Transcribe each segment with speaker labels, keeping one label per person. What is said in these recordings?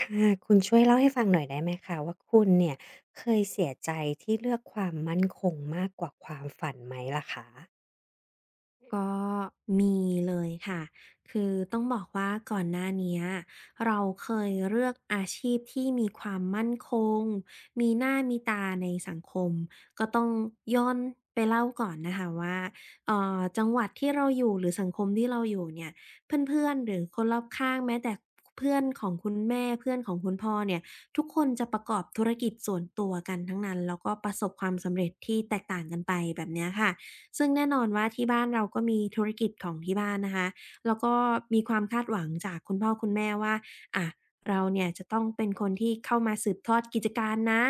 Speaker 1: ค่ะคุณช่วยเล่าให้ฟังหน่อยได้ไหมคะว่าคุณเนี่ยเคยเสียใจที่เลือกความมั่นคงมากกว่าความฝันไหมล่ะคะ
Speaker 2: ก็มีเลยค่ะ คือต้องบอกว่าก่อนหน้าเนี้ยเราเคยเลือกอาชีพที่มีความมั่นคง มีหน้ามีตาในสังคม ก็ต้องย้อนไปเล่าก่อนนะคะว่าจังหวัดที่เราอยู่หรือสังคมที่เราอยู่เนี่ยเพื่อนๆหรือคนรอบข้างแม้แต่เพื่อนของคุณแม่เพื่อนของคุณพ่อเนี่ยทุกคนจะประกอบธุรกิจส่วนตัวกันทั้งนั้นแล้วก็ประสบความสำเร็จที่แตกต่างกันไปแบบเนี้ยค่ะ ซึ่งแน่นอนว่าที่บ้านเราก็มีธุรกิจของที่บ้านนะคะแล้วก็มีความคาดหวังจากคุณพ่อคุณแม่ว่าอะเราเนี่ยจะต้องเป็นคนที่เข้ามาสืบทอดกิจการนะ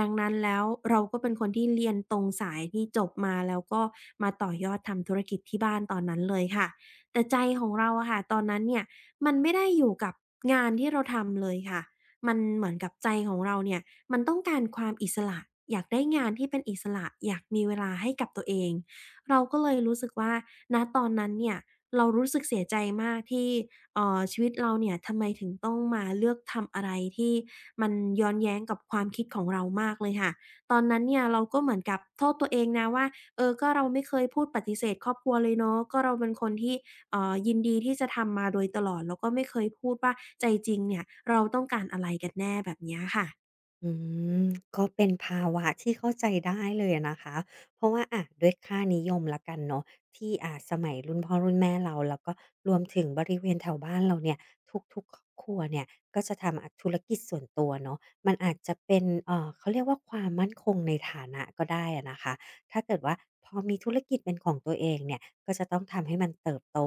Speaker 2: ดังนั้นแล้วเราก็เป็นคนที่เรียนตรงสายที่จบมาแล้วก็มาต่อยอดทำธุรกิจที่บ้านตอนนั้นเลยค่ะแต่ใจของเราอะค่ะตอนนั้นเนี่ยมันไม่ได้อยู่กับงานที่เราทำเลยค่ะมันเหมือนกับใจของเราเนี่ยมันต้องการความอิสระอยากได้งานที่เป็นอิสระอยากมีเวลาให้กับตัวเอง เราก็เลยรู้สึกว่าณตอนนั้นเนี่ยเรารู้สึกเสียใจมากที่ชีวิตเราเนี่ยทำไมถึงต้องมาเลือกทำอะไรที่มันย้อนแย้งกับความคิดของเรามากเลยค่ะตอนนั้นเนี่ยเราก็เหมือนกับโทษตัวเองนะว่าเออก็เราไม่เคยพูดปฏิเสธครอบครัวเลยเนาะก็เราเป็นคนที่ยินดีที่จะทำมาโดยตลอดแล้วก็ไม่เคยพูดว่าใจจริงเนี่ยเราต้องการอะไรกันแน่แบบเนี้ยค่ะ
Speaker 1: อืมก็เป็นภาวะที่เข้าใจได้เลยอะนะคะเพราะว่าอะด้วยค่านิยมแล้วกันเนาะที่สมัยรุ่นพ่อรุ่นแม่เราแล้วก็รวมถึงบริเวณแถวบ้านเราเนี่ยทุกๆครอบครัวเนี่ยก็จะทำธุรกิจส่วนตัวเนาะมันอาจจะเป็นเขาเรียกว่าความมั่นคงในฐานะก็ได้อะนะคะถ้าเกิดว่าพอมีธุรกิจเป็นของตัวเองเนี่ย ก็จะต้องทำให้มันเติบโต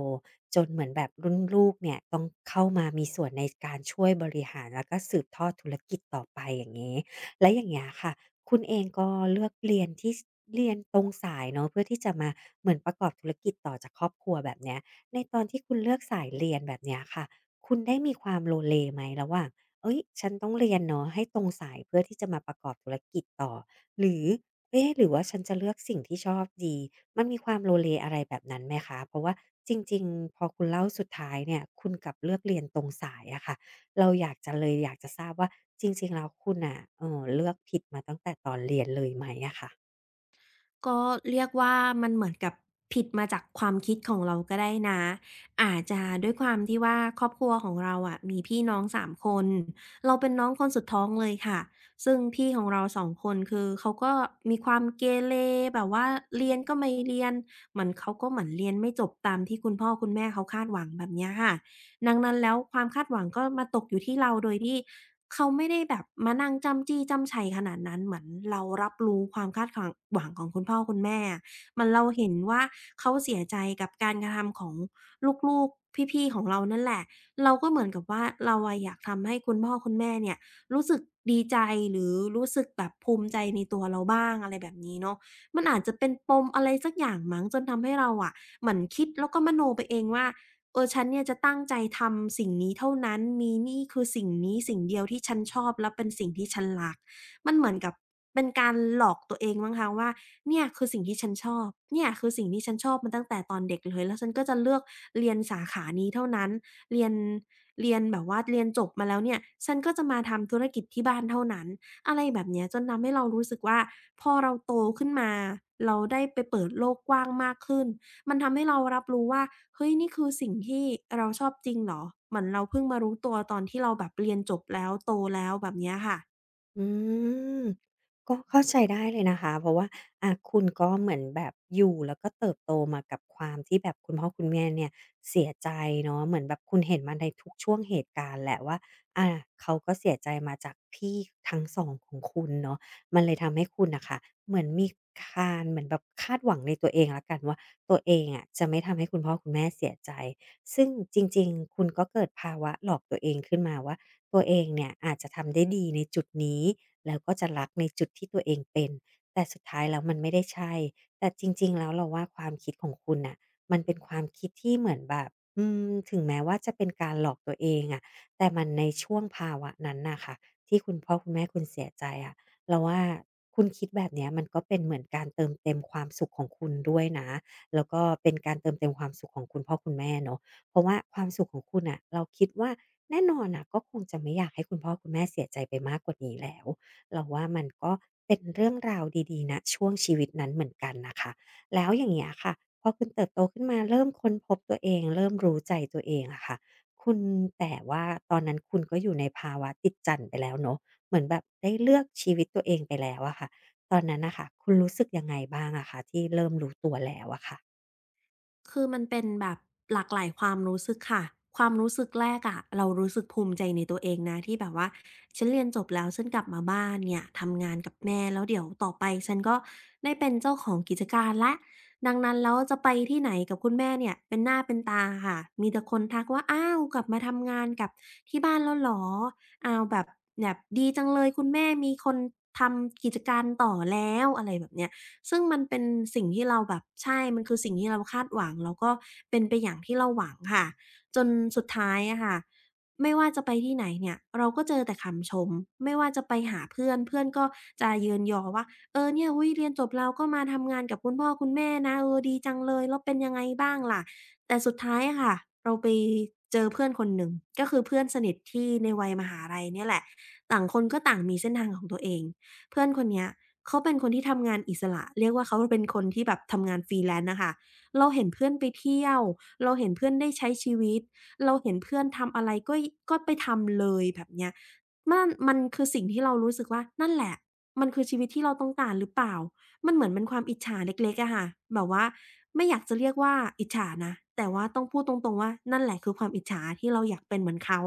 Speaker 1: จนเหมือนแบบรุ่นลูกเนี่ยต้องเข้ามามีส่วนในการช่วยบริหารแล้วก็สืบทอดธุรกิจต่อไปอย่างงี้แล้วอย่างเงี้ยค่ะคุณเองก็เลือกเรียนเรียนตรงสายเนาะเพื่อที่จะมาเหมือนประกอบธุรกิจต่อจากครอบครัวแบบเนี้ยในตอนที่คุณเลือกสายเรียนแบบเนี้ยค่ะคุณได้มีความโลเลไหมระหว่าง เฮ้ยฉันต้องเรียนเนาะให้ตรงสายเพื่อที่จะมาประกอบธุรกิจต่อหรือเอ๊ะหรือว่าฉันจะเลือกสิ่งที่ชอบดีมันมีความโลเลอะไรแบบนั้นไหมคะเพราะว่าจริงๆพอคุณเล่าสุดท้ายเนี่ยคุณกลับเลือกเรียนตรงสายอะค่ะเราอยากจะเลยอยากจะทราบว่าจริงๆแล้วคุณน่ะเลือกผิดมาตั้งแต่ตอนเรียนเลยไหมอะคะ
Speaker 2: ก็เรียกว่ามันเหมือนกับผิดมาจากความคิดของเราก็ได้นะอาจจะด้วยความที่ว่าครอบครัวของเราอะมีพี่น้องสามคนเราเป็นน้องคนสุดท้องเลยค่ะซึ่งพี่ของเราสองคนคือเขาก็มีความเกเรแบบว่าเรียนก็ไม่เรียนเหมือนเขาก็เหมือนเรียนไม่จบตามที่คุณพ่อคุณแม่เขาคาดหวังแบบเนี้ยค่ะดังนั้นแล้วความคาดหวังก็มาตกอยู่ที่เราโดยที่ เขาไม่ได้แบบมานั่งจ้ำจี้จ้ำไชขนาดนั้นเหมือนเรารับรู้ความคาดหวังของคุณพ่อคุณแม่อะมันเราเห็นว่าเขาเสียใจกับการกระทำของลูกๆพี่ๆของเรานั่นแหละเราก็เหมือนกับว่าเราอะอยากทำให้คุณพ่อคุณแม่เนี่ยรู้สึกดีใจหรือรู้สึกแบบภูมิใจในตัวเราบ้างอะไรแบบนี้เนาะมันอาจจะเป็นปมอะไรสักอย่างมั้งจนทำให้เราอะเหมือนคิดแล้วก็มโนไปเองว่า เออฉันเนี่ยจะตั้งใจทำสิ่งนี้เท่านั้น มีนี่คือสิ่งนี้สิ่งเดียวที่ฉันชอบและเป็นสิ่งที่ฉันรัก มันเหมือนกับเป็นการหลอกตัวเองมั้งคะว่าเนี่ยคือสิ่งที่ฉันชอบเนี่ยคือสิ่งที่ฉันชอบมาตั้งแต่ตอนเด็กเลยแล้วฉันก็จะเลือกเรียนสาขานี้เท่านั้นเรียนเรียนแบบว่าเรียนจบมาแล้วเนี่ยฉันก็จะมาทำธุรกิจที่บ้านเท่านั้นอะไรแบบเนี้ยจนทำให้เรารู้สึกว่าพอเราโตขึ้นมาเราได้ไปเปิดโลกกว้างมากขึ้น มันทำให้เรารับรู้ว่าเฮ้ยนี่คือสิ่งที่เราชอบจริงเหรอ เหมือนเราเพิ่งมารู้ตัวตอนที่เราแบบเรียนจบแล้วโตแล้วแบบเนี้ยค่ะ
Speaker 1: อืมก็เข้าใจได้เลยนะคะเพราะว่าคุณก็เหมือนแบบอยู่แล้วก็เติบโตมากับความที่แบบคุณพ่อคุณแม่เนี่ยเสียใจเนาะเหมือนแบบคุณเห็นมาในทุกช่วงเหตุการณ์แหละว่าอ่าเขาก็เสียใจมาจากพี่ทั้งสองของคุณเนาะมันเลยทำให้คุณน่ะค่ะเหมือนมีคานเหมือนแบบคาดหวังในตัวเองแล้วกันว่าตัวเองอะจะไม่ทำให้คุณพ่อคุณแม่เสียใจซึ่งจริงๆคุณก็เกิดภาวะหลอกตัวเองขึ้นมาว่า ตัวเองเนี่ยอาจจะทำได้ดีในจุดนี้แล้วก็จะรักในจุดที่ตัวเองเป็นแต่สุดท้ายแล้วมันไม่ได้ใช่แต่จริงๆแล้วเราว่าความคิดของคุณน่ะมันเป็นความคิดที่เหมือนแบบถึงแม้ว่าจะเป็นการหลอกตัวเองอะแต่มันในช่วงภาวะนั้นน่ะค่ะที่คุณพ่อคุณแม่คุณเสียใจอะเราว่าคุณคิดแบบเนี้ยมันก็เป็นเหมือนการเติมเต็มความสุขของคุณด้วยนะแล้วก็เป็นการเติมเต็มความสุขของคุณพ่อคุณแม่เนาะ เพราะว่าความสุขของคุณอะเราคิดว่าแน่นอนอะก็คงจะไม่อยากให้คุณพ่อคุณแม่เสียใจไปมากกว่านี้แล้วเราว่ามันก็เป็นเรื่องราวดีๆนะช่วงชีวิตนั้นเหมือนกันนะคะแล้วอย่างเงี้ยค่ะพอคุณเติบโตขึ้นมาเริ่มค้นพบตัวเองเริ่มรู้ใจตัวเองอะค่ะคุณแต่ว่าตอนนั้นคุณก็อยู่ในภาวะติดจั่นไปแล้วเนาะเหมือนแบบได้เลือกชีวิตตัวเองไปแล้วอะค่ะตอนนั้นนะคะคุณรู้สึกยังไงบ้างอะคะที่เริ่มรู้ตัวแล้วอะค่ะ
Speaker 2: คือมันเป็นแบบหลากหลายความรู้สึกค่ะความรู้สึกแรกอะเรารู้สึกภูมิใจในตัวเองนะที่แบบว่าฉันเรียนจบแล้วฉันกลับมาบ้านเนี่ยทำงานกับแม่แล้วเดี๋ยวต่อไปฉันก็ได้เป็นเจ้าของกิจการแล้วดังนั้นแล้วจะไปที่ไหนกับคุณแม่เนี่ยเป็นหน้าเป็นตาค่ะมีแต่คนทักว่าอ้าวกลับมาทำงานกับที่บ้านแล้วเหรออ้าวแบบดีจังเลยคุณแม่มีคนทำกิจการต่อแล้วอะไรแบบเนี้ย ซึ่งมันเป็นสิ่งที่เราแบบใช่ มันคือสิ่งที่เราคาดหวังแล้วก็เป็นไปอย่างที่เราหวังค่ะจนสุดท้ายอะค่ะไม่ว่าจะไปที่ไหนเนี่ยเราก็เจอแต่คำชมไม่ว่าจะไปหาเพื่อนเพื่อนก็จะเยินยอว่าเออเนี่ยอุ๊ยเรียนจบแล้วก็มาทำงานกับคุณพ่อคุณแม่นะเออดีจังเลยแล้วเป็นยังไงบ้างล่ะแต่สุดท้ายอะค่ะเราไปเจอเพื่อนคนหนึ่งก็คือเพื่อนสนิทที่ในวัยมหาลัยเนี่ยแหละต่างคนก็ต่างมีเส้นทางของตัวเองเพื่อนคนเนี้ย เขาเป็นคนที่ทำงานอิสระเรียกว่าเขาเป็นคนที่แบบทำงาน Freelance น่ะค่ะเราเห็นเพื่อนไปเที่ยวเราเห็นเพื่อนได้ใช้ชีวิตเราเห็นเพื่อนทำอะไรก็ยก็ไปทำเลยแบบเนี้ยมันคือสิ่งที่เรารู้สึกว่านั่นแหละมันคือชีวิตที่เราต้องการหรือเปล่ามันเหมือนเป็นความอิจฉาเล็กๆอะค่ะแบบว่าไม่อยากจะเรียกว่าอิจฉานะแต่ว่าต้องพูดตรงๆว่านั่นแหละคือความอิจฉาที่เราอยากเป็นเหมือนเขา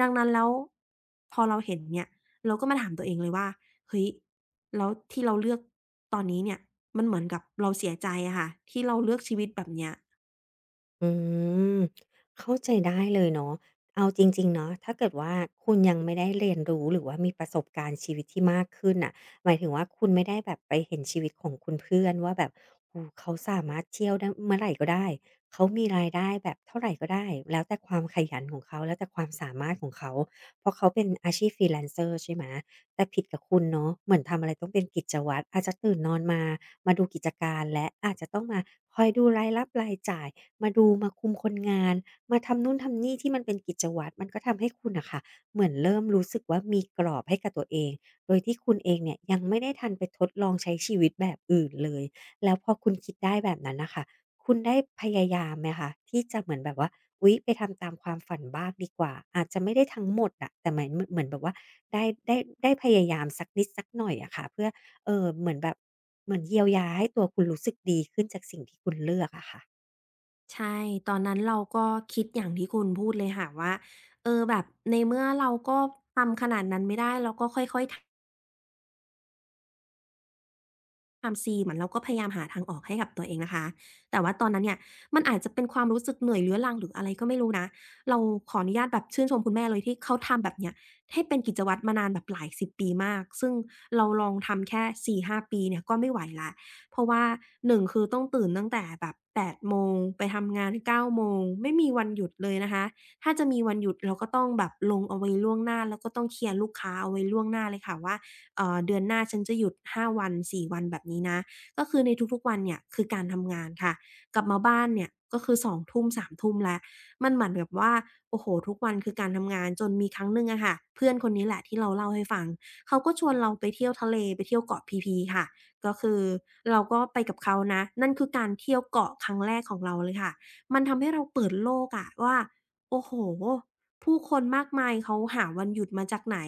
Speaker 2: ดังนั้นแล้วพอเราเห็นเนี่ยเราก็มาถามตัวเองเลยว่าเฮ้ย แล้วที่เราเลือกตอนนี้เนี่ยมันเหมือนกับเราเสียใจอะค่ะที่เราเลือกชีวิตแบบเนี้ย
Speaker 1: อืมเข้าใจได้เลยเนาะเอาจริงๆเนาะถ้าเกิดว่าคุณยังไม่ได้เรียนรู้หรือว่ามีประสบการณ์ชีวิตที่มากขึ้นน่ะหมายถึงว่าคุณไม่ได้แบบไปเห็นชีวิตของคุณเพื่อนว่าแบบโอ้โฮเขาสามารถเที่ยวได้เมื่อไรก็ได้เขามีรายได้แบบเท่าไรก็ได้แล้วแต่ความขยันของเขาแล้วแต่ความสามารถของเขาเพราะเขาเป็นอาชีพ freelancer ใช่ไหมแต่ผิดกับคุณเนาะเหมือนทำอะไรต้องเป็นกิจวัตรอาจจะตื่นนอนมามาดูกิจการและอาจจะต้องมาคอยดูรายรับรายจ่าย มาดูมาคุมคนงานมาทำนู่นทำนี่ที่มันเป็นกิจวัตรมันก็ทำให้คุณน่ะค่ะเหมือนเริ่มรู้สึกว่ามีกรอบให้กับตัวเองโดยที่คุณเองเนี่ยยังไม่ได้ทันไปทดลองใช้ชีวิตแบบอื่นเลยแล้วพอคุณคิดได้แบบนั้นน่ะค่ะคุณได้พยายามไหมคะที่จะเหมือนแบบว่าอุ๊ยไปทำตามความฝันบ้างดีกว่าอาจจะไม่ได้ทั้งหมดอะแต่หมายมเหมือนแบบว่าได้ได้ได้พยายามสักนิดสักหน่อยอะค่ะเพื่อเอ่อเหมือนแบบเหมือนเยียวยาให้ตัวคุณรู้สึกดีขึ้นจากสิ่งที่คุณเลือกอะค่ะ
Speaker 2: ใช่ตอนนั้นเราก็คิดอย่างที่คุณพูดเลยค่ะว่าเออแบบในเมื่อเราก็ทำขนาดนั้นไม่ได้เราก็ค่อยๆ ความ C เหมือนเราก็พยายามหาทางออกให้กับตัวเองนะคะแต่ว่าตอนนั้นเนี่ยมันอาจจะเป็นความรู้สึกเหนื่อยเรื้อรังหรืออะไรก็ไม่รู้นะเราขออนุญาตแบบชื่นชมคุณแม่เลยที่เขาทำแบบเนี้ยให้เป็นกิจวัตรมานานแบบหลายสิบปีมากซึ่งเราลองทำแค่4-5ปีเนี่ยก็ไม่ไหวแล้วเพราะว่าหนึ่งคือต้องตื่นตั้งแต่แบบ8โมงไปทำงาน9โมงไม่มีวันหยุดเลยนะคะถ้าจะมีวันหยุดเราก็ต้องแบบลงเอาไว้ล่วงหน้าแล้วก็ต้องเคลียร์ลูกค้าเอาไว้ล่วงหน้าเลยค่ะว่า เดือนหน้าฉันจะหยุด5วัน4วันแบบนี้นะก็คือในทุกๆวันเนี่ยคือการทำงานค่ะกลับมาบ้านเนี่ยก็คือ2ทุ่ม3ทุ่มแล้วมันเหมือนแบบว่าโอ้โฮทุกวันคือการทำงานจนมีครั้งหนึ่งอะค่ะเพื่อนคนนี้แหละที่เราเล่าให้ฟังเขาก็ชวนเราไปเที่ยวทะเลไปเที่ยวเกาะพีพีค่ะก็คือเราก็ไปกับเขานะนั่นคือการเที่ยวเกาะครั้งแรกของเราเลยค่ะมันทำให้เราเปิดโลกอะว่าโอ้โฮผู้คนมากมายเขาหาวันหยุดมาจากไหน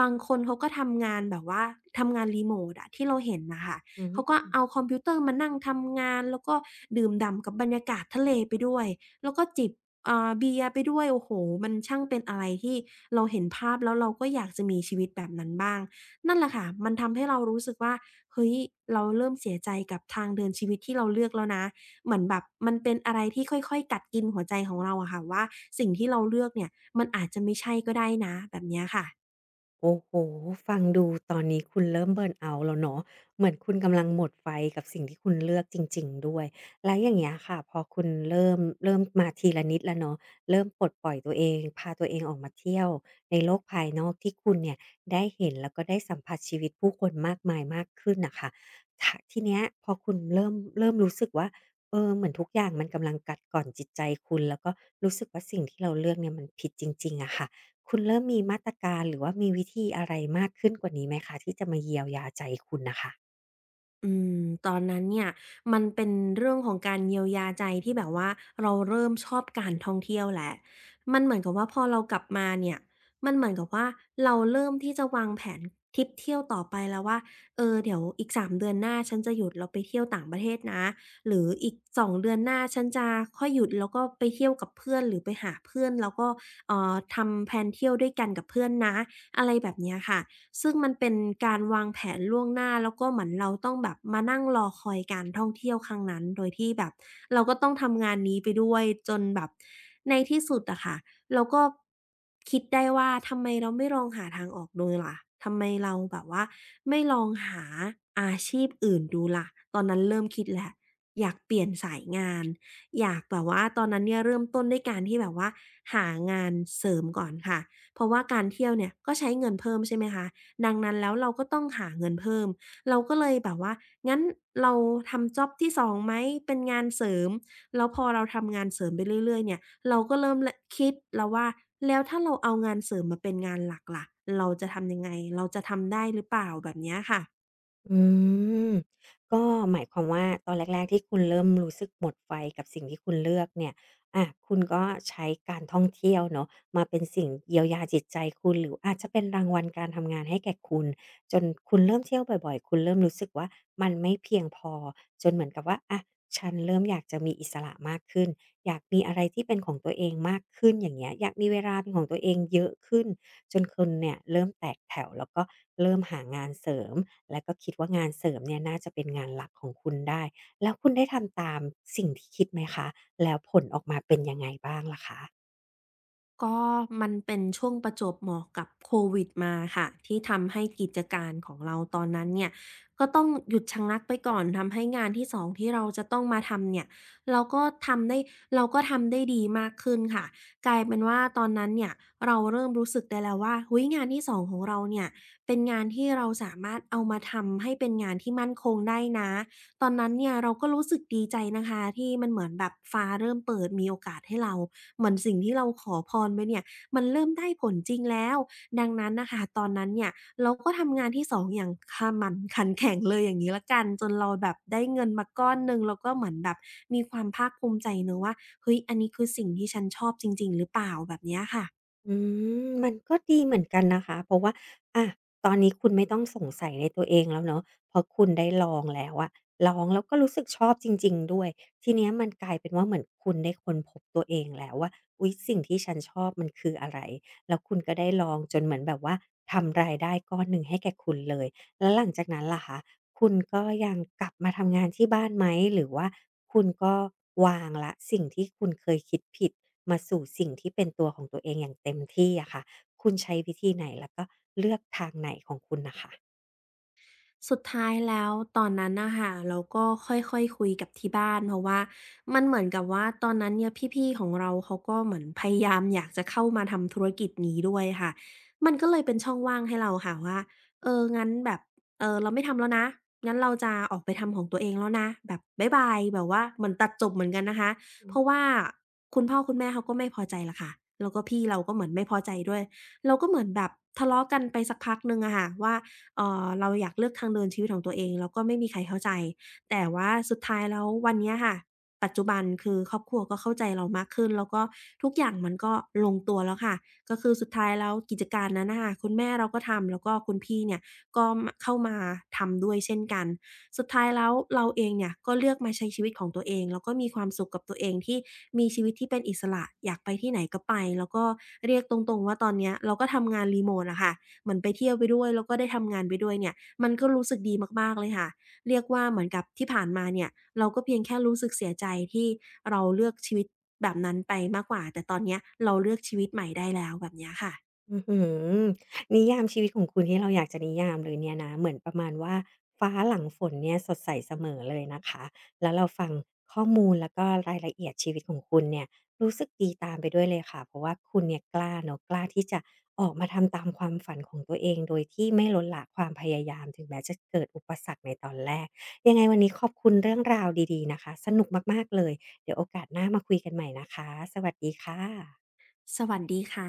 Speaker 2: บางคนเขาก็ทำงานแบบว่าทำงานรีโมตอะที่เราเห็นน่ะค่ะ
Speaker 1: อือ
Speaker 2: เขาก็
Speaker 1: ฮึ
Speaker 2: เอาคอมพิวเตอร์มานั่งทำงานแล้วก็ดื่มด่ำกับบรรยากาศทะเลไปด้วยแล้วก็จิบเบียร์ไปด้วยโอ้โฮมันช่างเป็นอะไรที่เราเห็นภาพแล้วเราก็อยากจะมีชีวิตแบบนั้นบ้างนั่นแหละค่ะมันทำให้เรารู้สึกว่าเฮ้ยเราเริ่มเสียใจกับทางเดินชีวิตที่เราเลือกแล้วนะเหมือนแบบมันเป็นอะไรที่ค่อยๆกัดกินหัวใจของเราอะค่ะว่าสิ่งที่เราเลือกเนี่ยมันอาจจะไม่ใช่ก็ได้นะแบบเนี้ยค่ะ
Speaker 1: โอ้โฮฟังดูตอนนี้คุณเริ่มเบิร์นเอาต์แล้วเนาะเหมือนคุณกำลังหมดไฟกับสิ่งที่คุณเลือกจริงๆด้วยแล้วอย่างเงี้ยค่ะพอคุณเริ่มมาทีละนิดแล้วเนาะเริ่มปลดปล่อยตัวเองพาตัวเองออกมาเที่ยวในโลกภายนอกที่คุณเนี่ยได้เห็นแล้วก็ได้สัมผัสชีวิตผู้คนมากมายมากขึ้นน่ะค่ะถะทีเนี้ยพอคุณเริ่มรู้สึกว่าเออเหมือนทุกอย่างมันกำลังกัดกร่อนจิตใจคุณแล้วก็รู้สึกว่าสิ่งที่เราเลือกเนี่ยมันผิดจริงๆอะค่ะ คุณเริ่มมีมาตรการหรือว่ามีวิธีอะไรมากขึ้นกว่านี้ไหมคะที่จะมาเยียวยาใจคุณน่ะค่ะ
Speaker 2: อืมตอนนั้นเนี่ยมันเป็นเรื่องของการเยียวยาใจที่แบบว่าเราเริ่มชอบการท่องเที่ยวแล้วมันเหมือนกับว่าพอเรากลับมาเนี่ยมันเหมือนกับว่าเราเริ่มที่จะวางแผนทริปเที่ยวต่อไปแล้วว่าเออเดี๋ยวอีก3เดือนหน้าฉันจะหยุดแล้วไปเที่ยวต่างประเทศนะหรืออีก2เดือนหน้าฉันจะค่อยหยุดแล้วก็ไปเที่ยวกับเพื่อนหรือไปหาเพื่อนแล้วก็ทำแพลนเที่ยวด้วยกันกับเพื่อนนะอะไรแบบเนี้ยค่ะ ซึ่งมันเป็นการวางแผนล่วงหน้าแล้วก็เหมือนเราต้องแบบมานั่งรอคอยการท่องเที่ยวครั้งนั้นโดยที่แบบเราก็ต้องทำงานนี้ไปด้วยจนแบบในที่สุดอะค่ะเราก็คิดได้ว่าทำไมเราไม่ลองหาทางออกดูล่ะทำไมเราแบบว่าไม่ลองหาอาชีพอื่นดูล่ะตอนนั้นเริ่มคิดแล้วอยากเปลี่ยนสายงานอยากแบบว่าตอนนั้นเนี่ยเริ่มต้นด้วยการที่แบบว่าหางานเสริมก่อนค่ะเพราะว่าการเที่ยวเนี่ยก็ใช้เงินเพิ่มใช่ไหมคะ ดังนั้นแล้วเราก็ต้องหาเงินเพิ่ม เราก็เลยแบบว่างั้นเราทำจ็อบที่สองไหม เป็นงานเสริมแล้วพอเราทำงานเสริมไปเรื่อยๆเนี่ยเราก็เริ่มลคิดแล้วว่า แล้วถ้าเราเอางานเสริมมาเป็นงานหลักล่ะเราจะทำยังไง เราจะทำได้หรือเปล่าแบบเนี้ยค่ะ
Speaker 1: อืมก็หมายความว่าตอนแรกๆที่คุณเริ่มรู้สึกหมดไฟกับสิ่งที่คุณเลือกเนี่ยอาคุณก็ใช้การท่องเที่ยวเนาะมาเป็นสิ่งเยียวยาจิตใจคุณหรืออาจจะเป็นรางวัลการทำงานให้แก่คุณจนคุณเริ่มเที่ยวบ่อยๆคุณเริ่มรู้สึกว่ามันไม่เพียงพอจนเหมือนกับว่าอะฉันเริ่มอยากจะมีอิสระมากขึ้นอยากมีอะไรที่เป็นของตัวเองมากขึ้นอย่างเงี้ยอยากมีเวลาเป็นของตัวเองเยอะขึ้นจนคุณเนี่ยเริ่มแตกแถวแล้วก็เริ่มหางานเสริม แล้วก็คิดว่างานเสริมเนี่ยน่าจะเป็นงานหลักของคุณได้ แล้วคุณได้ทำตามสิ่งที่คิดไหมคะแล้วผลออกมาเป็นยังไงบ้างล่ะคะ
Speaker 2: ก็มันเป็นช่วงประจวบเหมาะกับโควิดมาค่ะที่ทำให้กิจการของเราตอนนั้นเนี่ยก็ต้องหยุดชะงักไปก่อนทำให้งานที่สองที่เราจะต้องมาทำเนี่ยเราก็ทำได้เราก็ทำได้ดีมากขึ้นค่ะกลายเป็นว่าตอนนั้นเนี่ยเราเริ่มรู้สึกได้แล้วว่าเฮ้ยงานที่สองของเราเนี่ยเป็นงานที่เราสามารถเอามาทำให้เป็นงานที่มั่นคงได้นะ ตอนนั้นเนี่ยเราก็รู้สึกดีใจนะคะที่มันเหมือนแบบฟ้าเริ่มเปิดมีโอกาสให้เราเหมือนสิ่งที่เราขอพรไปเนี่ยมันเริ่มได้ผลจริงแล้วดังนั้นน่ะค่ะตอนนั้นเนี่ยเราก็ทำงานที่สองอย่างขมั่นขันแข็งเลยอย่างงี้แล้วกันจนเราแบบได้เงินมาก้อนหนึ่งเราก็เหมือนแบบมีความภาคภูมิใจเนาะว่าเฮ้ยอันนี้คือสิ่งที่ฉันชอบจริงๆหรือเปล่าแบบเนี้ยค่ะ
Speaker 1: อืมมันก็ดีเหมือนกันนะคะเพราะว่าอะตอนนี้คุณไม่ต้องสงสัยในตัวเองแล้วเนาะเพราะคุณได้ลองแล้วอะลองแล้วก็รู้สึกชอบจริงๆด้วย ทีเนี้ยมันกลายเป็นว่าเหมือนคุณได้ค้นพบตัวเองแล้วว่าอุ๊ยสิ่งที่ฉันชอบมันคืออะไร แล้วคุณก็ได้ลองจนเหมือนแบบว่าทำรายได้ก้อนหนึ่งให้แก่คุณเลยแล้วหลังจากนั้นล่ะคะ คุณก็ยังกลับมาทำงานที่บ้านไหมหรือว่าคุณก็วางละสิ่งที่คุณเคยคิดผิดมาสู่สิ่งที่เป็นตัวของตัวเองอย่างเต็มที่อะค่ะคุณใช้วิธีไหนแล้วก็เลือกทางไหนของคุณน่ะค่ะ
Speaker 2: สุดท้ายแล้วตอนนั้นน่ะค่ะเราก็ค่อยๆคุยกับที่บ้านเพราะว่ามันเหมือนกับว่าตอนนั้นเนี่ยพี่ๆของเราเขาก็เหมือนพยายามอยากจะเข้ามาทำธุรกิจนี้ด้วยค่ะมันก็เลยเป็นช่องว่างให้เราค่ะว่าเอองั้นแบบเออเราไม่ทำแล้วนะงั้นเราจะออกไปทำของตัวเองแล้วนะแบบบ๊ายบายแบบว่าเหมือนตัดจบเหมือนกันนะคะ
Speaker 1: อื
Speaker 2: เพราะ
Speaker 1: ม
Speaker 2: ว่าคุณพ่อคุณแม่เขาก็ไม่พอใจแหละค่ะแล้วก็พี่เราก็เหมือนไม่พอใจด้วยเราก็เหมือนแบบทะเลาะกันไปสักพักหนึ่งอะค่ะว่า เราอยากเลือกทางเดินชีวิตของตัวเองแล้วก็ไม่มีใครเข้าใจแต่ว่าสุดท้ายแล้ววันเนี้ยค่ะปัจจุบันคือครอบครัวก็เข้าใจเรามากขึ้นแล้วก็ทุกอย่างมันก็ลงตัวแล้วค่ะก็คือสุดท้ายแล้วกิจการนั้นน่ะค่ะคุณแม่เราก็ทำแล้วก็คุณพี่เนี่ยก็มเข้ามาทำด้วยเช่นกันสุดท้ายแล้วเราเองเนี่ยก็เลือกมาใช้ชีวิตของตัวเองแล้วก็มีความสุขกับตัวเองที่มีชีวิตที่เป็นอิสระอยากไปที่ไหนก็ไปแล้วก็เรียกตรงๆว่าตอนเนี้ยเราก็ทำงานรีโมตอะค่ะ เหมือนไปเที่ยวไปด้วยแล้วก็ได้ทำงานไปด้วยเนี่ยมันก็รู้สึกดีมากๆเลยค่ะเรียกว่าเหมือนกับที่ผ่านมาเนี่ยเราก็เพียงแค่รู้สึกเสียใจที่เราเลือกชีวิตแบบนั้นไปมากกว่าแต่ตอนเนี้ยเราเลือกชีวิตใหม่ได้แล้วแบบเนี้ยค่ะ
Speaker 1: อื้อหือนิยามชีวิตของคุณที่เราอยากจะนิยามเลยเนี่ยนะเหมือนประมาณว่าฟ้าหลังฝนเนี่ยสดใสเสมอเลยนะคะแล้วเราฟังข้อมูลแล้วก็รายละเอียดชีวิตของคุณเนี่ยรู้สึกดีตามไปด้วยเลยค่ะเพราะว่าคุณเนี่ยกล้าเนาะกล้าที่จะออกมาทำตามความฝันของตัวเองโดยที่ไม่ลดละความพยายามถึงแม้จะเกิดอุปสรรคในตอนแรกยังไงวันนี้ขอบคุณเรื่องราวดีๆนะคะสนุกมากๆเลยเดี๋ยวโอกาสหน้ามาคุยกันใหม่นะคะสวัสดีค่ะ
Speaker 2: สวัสดีค่ะ